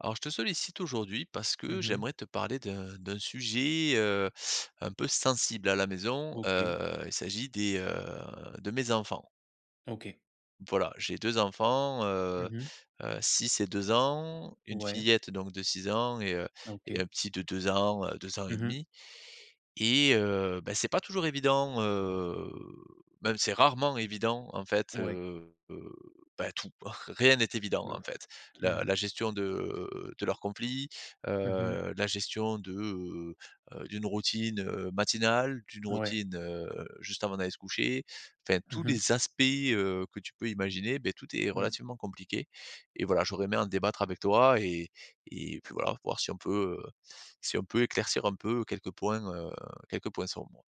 Alors, je te sollicite aujourd'hui parce Mmh que mh. j'aimerais te parler d'un sujet un peu sensible à la maison. OK, Il s'agit des de mes enfants. OK. Voilà, j'ai deux enfants, Mmh mh. 6 et 2 ans, une Ouais, fillette donc de 6 ans et et OK. un petit de 2 ans, 2 ans et Mmh mh. demi. Et bah, c'est pas toujours évident, même c'est rarement évident en fait, Ouais, bah, tout. Rien n'est évident je en vois. fait. Mmh La mh. la gestion de leurs conflits, Mmh mh. La gestion de d'une routine, matinale, d'une Ouais. routine, juste avant d'aller se coucher. Enfin Mmh tous mh. les aspects, que tu peux imaginer, ben tout est Mmh. relativement compliqué et voilà, j'aurais aimé en débattre avec toi et puis voilà, voir si on peut, si on peut éclaircir un peu quelques points moi.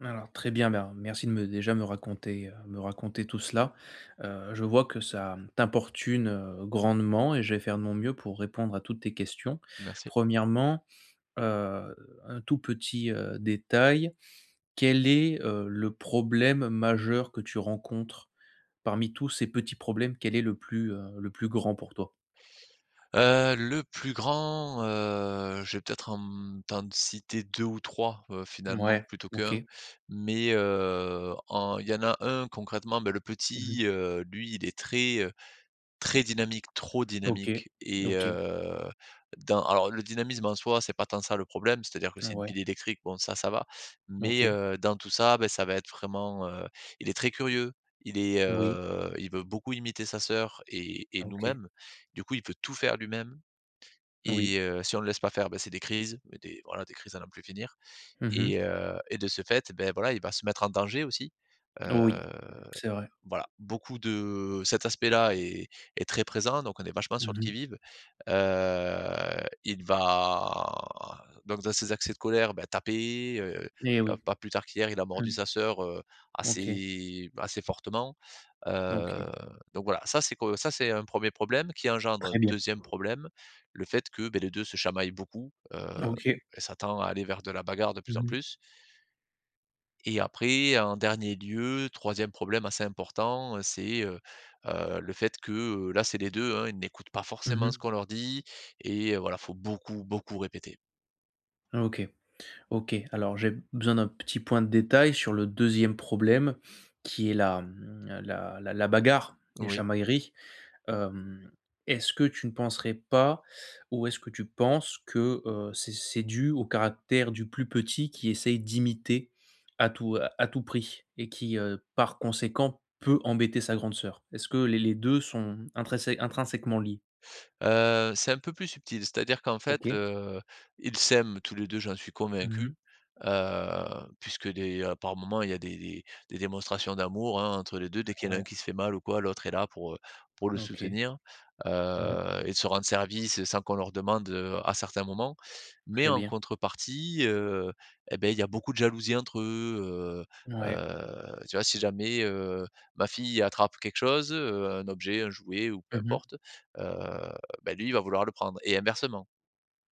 Alors très bien, ben, merci de me déjà me raconter tout cela. Je vois que ça t'importune, grandement et je vais faire de mon mieux pour répondre à toutes tes questions. Merci. Premièrement, heu, un tout petit, détail, quel est, le problème majeur que tu rencontres? Parmi tous ces petits problèmes, quel est le plus grand pour toi? Le plus grand, je vais peut-être en t'en citer 2 ou 3 finalement, Ouais, plutôt qu'un. OK. Mais, en il y en a un concrètement, bah, le Mmh. petit, lui, il est très, très dynamique, trop OK, dynamique et OK, dans alors le dynamisme en soi, c'est pas tant ça le problème, c'est-à-dire que c'est une ouais, pile électrique, bon ça va. Mais OK, dans tout ça, ben ça va être vraiment, il est très curieux, il est, oui, il veut beaucoup imiter sa sœur et OK, nous-mêmes. Du coup, il peut tout faire lui-même oui. et si on ne le laisse pas faire, ben c'est des crises, mais des voilà, des crises à n'en plus finir Mmh. Et de ce fait, ben voilà, il va se mettre en danger aussi, heu Oui, c'est vrai. voilà, beaucoup de cet aspect-là est est très présent, donc on est vachement sur le Mmh. qui-vive. Heu, il va donc dans ses accès de colère, bah, taper, Et tu vois? oui. Pas plus tard qu'hier, il a Mmh. mordu sa sœur, OK, assez assez fortement. OK, Heu, donc voilà, ça c'est que ça c'est un premier problème qui engendre un très bien. deuxième problème, le fait que, beh, les 2 se chamaillent beaucoup, OK. et s'attend à aller vers de la bagarre de plus Mmh en mh. plus. Et après, en dernier lieu, troisième problème assez important, c'est, le fait que, là, c'est les deux, hein, ils n'écoutent pas forcément Mmh. ce qu'on leur dit et voilà, faut beaucoup, beaucoup répéter. OK, OK. Alors j'ai besoin d'un petit point de détail sur le deuxième problème qui est la, mmh, la la la bagarre, les Oui. chamailleries. Hem, Est-ce que tu ne penserais pas ou est-ce que tu penses que, c'est dû au caractère du plus petit qui essaye d'imiter à tout prix et qui, par conséquent peut embêter sa grande sœur? Est-ce que les 2 sont intrinsèquement liés? C'est un peu plus subtil, c'est-à-dire qu'en fait, OK. Ils s'aiment tous les 2, j'en suis Mmh. convaincu, heu, puisque des par moments, il y a des des démonstrations d'amour, hein, entre les deux. Dès qu'il y en a Ouais, un qui se fait mal ou quoi, l'autre est là pour le OK. soutenir, Mmh. Et de se rendre service sans qu'on leur demande, à certains moments. Mais Très en bien. contrepartie, et beh, il y a beaucoup de jalousie entre eux, Ouais. Tu vois? Si jamais, ma fille attrape quelque chose, un objet, un jouet ou peu Mmh. importe, bah, lui, il va vouloir le prendre et inversement.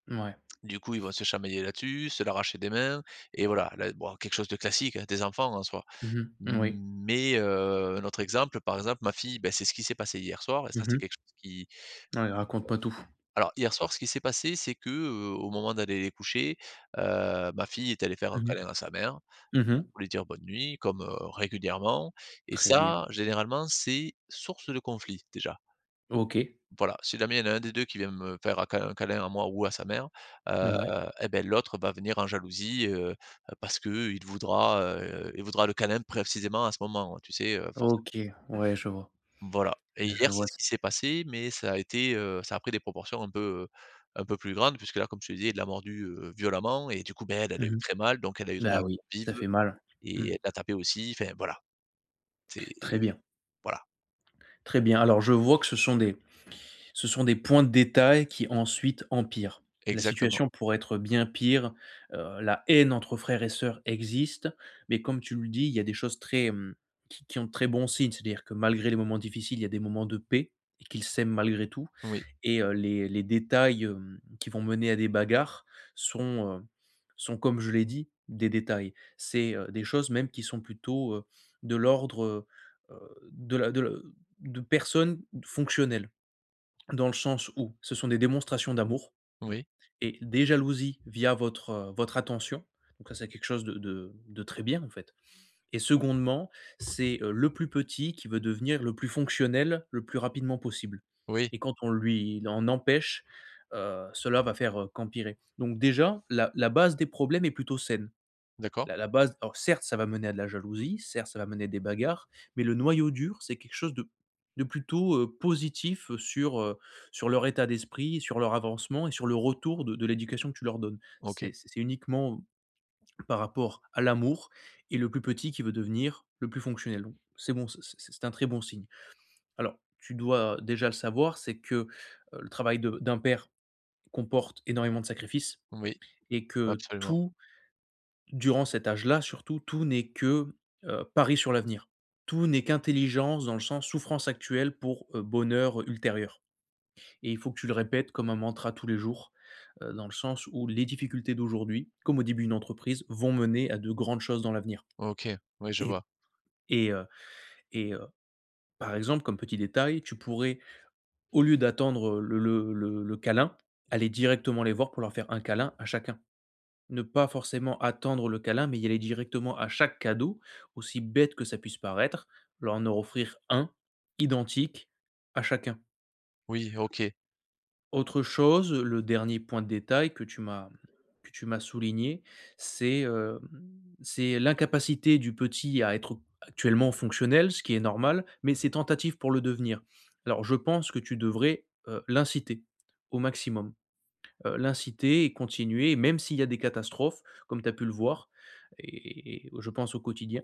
Ouais. Du coup, ils vont se chamailler là-dessus, se l'arracher des mains et voilà, là, bon, quelque chose de classique, hein, des enfants en soi. Mmh. Oui. Mmh, Mais un autre exemple, par exemple, ma fille, bah, c'est ce qui s'est passé hier soir et ça, c'est Mmh. quelque chose qui Ouais, raconte-moi tout. alors hier soir, ce qui s'est passé, c'est que, au moment d'aller les coucher, ma fille est allée faire un Mmh câlin à mh. sa mère Mmh. pour lui dire bonne nuit comme, régulièrement et Très bien. ça, généralement, c'est source de conflit déjà. OK. Voilà, si jamais il y en a un des 2 qui vient me faire un câlin à moi ou à sa mère, heu, Ouais. et beh, l'autre va venir en jalousie, parce que il voudra le câlin précisément à ce moment, tu sais, forc OK. Ouais, je vois. voilà et Ouais, je hier, c'est vois. ce qui s'est passé, mais ça a été, ça a pris des proportions un peu plus grandes puisque là, comme je te disais, il l'a mordu, violemment et du coup, ben elle, elle a eu Mmh. très mal, donc elle a eu une Bah oui, réaction vive ça fait mal. Mmh. et elle l'a tapé aussi. Enfin, voilà, c'est Très bien, voilà, très bien. Alors je vois que ce sont des points de détail qui ensuite empirent. La exactement. situation pourrait être bien pire, la haine entre frères et sœurs existe, mais comme tu le dis, il y a des choses très, qui ont de très bons signes. C'est-à-dire que malgré les moments difficiles, il y a des moments de paix et qu'ils s'aiment malgré tout. Oui, Et les détails, qui vont mener à des bagarres sont, heu, sont comme je l'ai dit, des détails. C'est, des choses même qui sont plutôt, de l'ordre, heu, de la de personnes fonctionnelles. Dans le sens où ce sont des démonstrations d'amour oui, et des jalousies via votre, votre attention. Donc ça, c'est quelque chose de très bien, en fait. Et secondement, c'est, le plus petit qui veut devenir le plus fonctionnel, le plus rapidement possible. oui, Et quand on lui en empêche, cela va faire, qu'empirer. Donc déjà, la base des problèmes est plutôt saine. d'accord, La base alors certes, ça va mener à de la jalousie, certes, ça va mener à des bagarres, mais le noyau dur, c'est quelque chose de plutôt, positif, sur leur état d'esprit, sur leur avancement et sur le retour de l'éducation que tu leur donnes. OK, C'est uniquement par rapport à l'amour et le plus petit qui veut devenir le plus fonctionnel. Donc c'est bon, c'est un très bon signe. Alors tu dois déjà le savoir, c'est que, le travail de d'un père comporte énormément de sacrifices oui, et que absolument. tout, durant cet âge-là surtout, tout n'est que, pari sur l'avenir. Tout n'est qu'intelligence dans le sens souffrance actuelle pour, bonheur, ultérieur et il faut que tu le répètes comme un mantra tous les jours, dans le sens où les difficultés d'aujourd'hui, comme au début d'une entreprise, vont mener à de grandes choses dans l'avenir OK, oui, je et vois. Et heu et heu, par exemple, comme petit détail, tu pourrais, au lieu d'attendre, le câlin, aller directement les voir pour leur faire un câlin à chacun. Ne pas forcément attendre le câlin, mais y aller directement à chaque cadeau, aussi bête que ça puisse paraître, leur en offrir un identique à chacun. Oui, OK. Autre chose, le dernier point de détail que tu m'as souligné, c'est, c'est l'incapacité du petit à être actuellement fonctionnel, ce qui est normal, mais ses tentatives pour le devenir. Alors je pense que tu devrais, l'inciter au maximum, l'inciter et continuer et même s'il y a des catastrophes, comme tu as pu le voir et je pense au quotidien,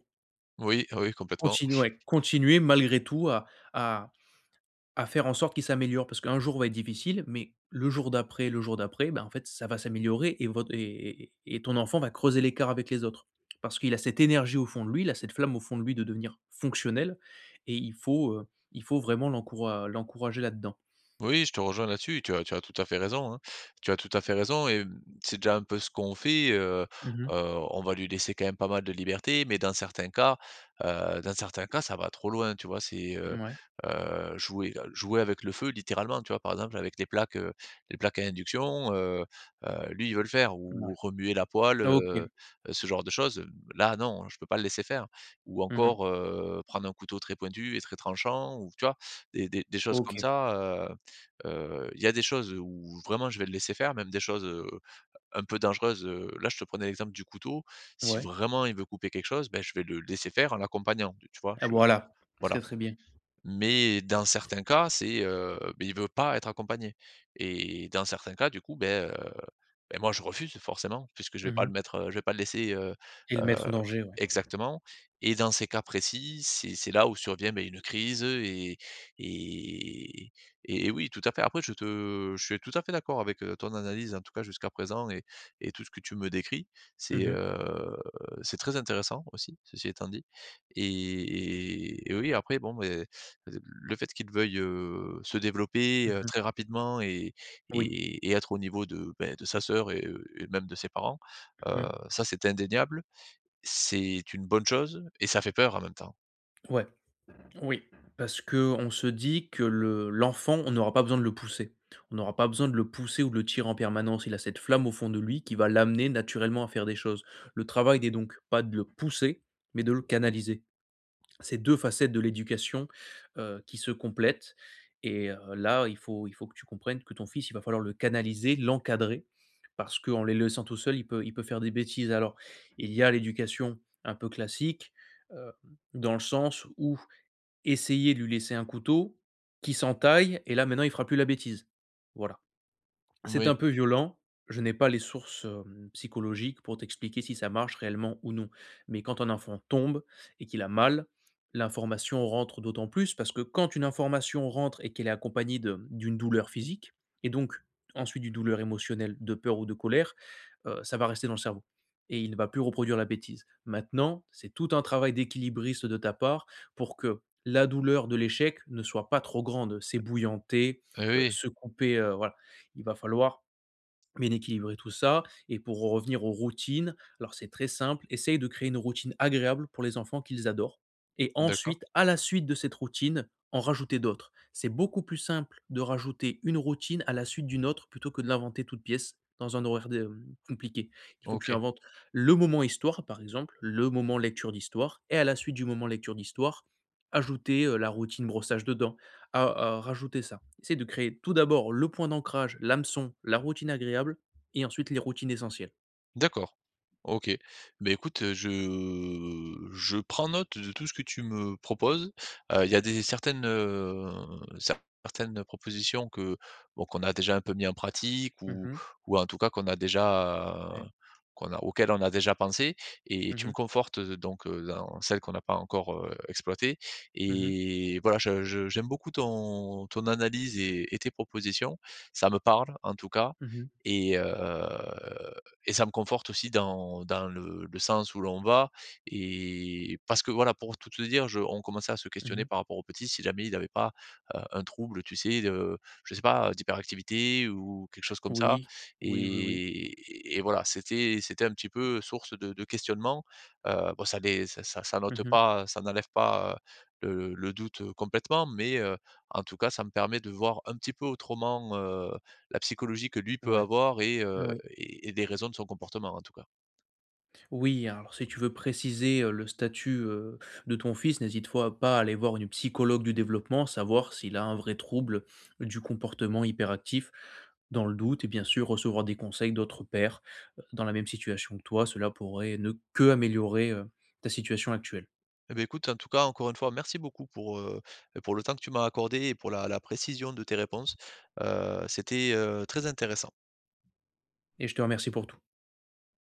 Oui, ah oui, complètement. continuer, ouais, continuer malgré tout à à faire en sorte qu'il s'améliore parce qu'un jour va être difficile, mais le jour d'après, ben, en fait, ça va s'améliorer et votre et ton enfant va creuser l'écart avec les autres. Parce qu'il a cette énergie au fond de lui, il a cette flamme au fond de lui de devenir fonctionnel et il faut, vraiment l'encourager là-dedans. Oui, je te rejoins là-dessus, tu as tout à fait raison, hein. Tu as tout à fait raison et mmh, c'est déjà un peu ce qu'on fait, Mmh mh. heu, on va lui laisser quand même pas mal de liberté, mais dans certains cas, ça va trop loin, tu vois? C'est, Mouais, jouer avec le feu littéralement, tu vois? Par exemple, avec les plaques à induction, lui, il veut le faire ou remuer la poêle, OK. ce genre de choses, là, non, je peux pas le laisser faire ou Mmh. encore, prendre un couteau très pointu et très tranchant ou tu vois? Des choses comme OK. ça, heu il y a des choses où vraiment je vais le laisser faire, même des choses, un peu dangereuses, là je te prenais l'exemple du couteau. Si Ouais. vraiment il veut couper quelque chose, ben je vais le laisser faire en l'accompagnant, tu vois? Ah Je voilà. voilà. Très, très bien. Mais dans certains cas, c'est, beh, il veut pas être accompagné et dans certains cas, du coup, beh, moi je refuse forcément puisque je vais pas le Mmh. mettre, je vais pas le laisser, Et le heu mettre en danger, ouais. exactement et dans ces cas précis, c'est là où survient, beh, une crise, et et oui, tout à fait. Après je suis tout à fait d'accord avec, ton analyse, en tout cas jusqu'à présent et tout ce que tu me décris. Mmh C'est, mh. heu, c'est très intéressant aussi, ceci étant dit et oui, après bon, beh le fait qu'ils veuillent se développer, Mmh. très rapidement Oui. Et être au niveau de, beh, de sa sœur et même de ses parents, Mmh. Ça c'est indéniable. C'est une bonne chose et ça fait peur en même temps. Ouais. Oui, parce que on se dit que le l'enfant, on n'aura pas besoin de le pousser. On n'aura pas besoin de le pousser ou de le tirer en permanence. Il a cette flamme au fond de lui qui va l'amener naturellement à faire des choses. Le travail n'est donc pas de le pousser, mais de le canaliser. Ces 2 facettes de l'éducation, qui se complètent et là, il faut que tu comprennes que ton fils, il va falloir le canaliser, l'encadrer parce qu'en les laissant tout seul, il peut faire des bêtises. Alors, il y a l'éducation un peu classique, heu, dans le sens où essayer de lui laisser un couteau, qui s'entaille et là maintenant il fera plus la bêtise. Voilà. C'est Oui, un peu violent. Je n'ai pas les sources, psychologiques pour t'expliquer si ça marche réellement ou non. Mais quand un enfant tombe et qu'il a mal, l'information rentre d'autant plus parce que quand une information rentre et qu'elle est accompagnée de d'une douleur physique et donc ensuite d'une douleur émotionnelle, de peur ou de colère, ça va rester dans le cerveau et il ne va plus reproduire la bêtise. Maintenant, c'est tout un travail d'équilibriste de ta part pour que la douleur de l'échec ne soit pas trop grande, s'ébouillanter, eh oui, se couper, voilà il va falloir bien équilibrer tout ça et pour en revenir aux routines, alors c'est très simple, essaye de créer une routine agréable pour les enfants qu'ils adorent et d'accord. ensuite, à la suite de cette routine, en rajouter d'autres. C'est beaucoup plus simple de rajouter une routine à la suite d'une autre plutôt que de l'inventer toute pièce dans un horaire de- compliqué. Il faut que tu OK. inventes le moment histoire, par exemple, le moment lecture d'histoire, et à la suite du moment lecture d'histoire, ajouter la routine brossage de dents, à à rajouter ça. Essaye de créer tout d'abord le point d'ancrage, l'hameçon, la routine agréable et ensuite les routines essentielles. D'accord. OK. Beh, écoute, je prends note de tout ce que tu me proposes. Il y a des certaines, certaines propositions que, bon, qu'on a déjà un peu mis en pratique Mmh. ou en tout cas qu'on a déjà Ouais. qu'on a auxquelles on a déjà pensé et Mmh tu me mh. confortes, donc, dans celles qu'on n'a pas encore, exploitées Mmh mh. et voilà, je j'aime beaucoup ton analyse et tes propositions. Ça me parle en tout cas Mmh. et heu et ça me conforte aussi dans le sens où l'on va et parce que voilà, pour tout te dire, je on commençait à se questionner Mmh. par rapport au petit, si jamais il n'avait pas, un trouble, tu sais, de je sais pas, d'hyperactivité ou quelque chose comme ça Oui. Oui, oui, oui. Et voilà, c'était c'était un petit peu source de questionnement, bon ça les ça ça ça n'ôte Mmh. pas ça n'enlève pas, le doute, complètement mais en tout cas, ça me permet de voir un petit peu autrement, la psychologie que lui peut Ouais. avoir Oui. Et des raisons de son comportement, en tout cas. Oui, alors si tu veux préciser, le statut, de ton fils, n'hésite fois pas à aller voir une psychologue du développement, savoir s'il a un vrai trouble du comportement hyperactif. Dans le doute et bien sûr recevoir des conseils d'autres pairs, dans la même situation que toi, cela pourrait ne qu'améliorer, ta situation actuelle Eh beh, écoute, en tout cas, encore une fois, merci beaucoup pour le temps que tu m'as accordé et pour la précision de tes réponses. C'était, très intéressant. et je te remercie pour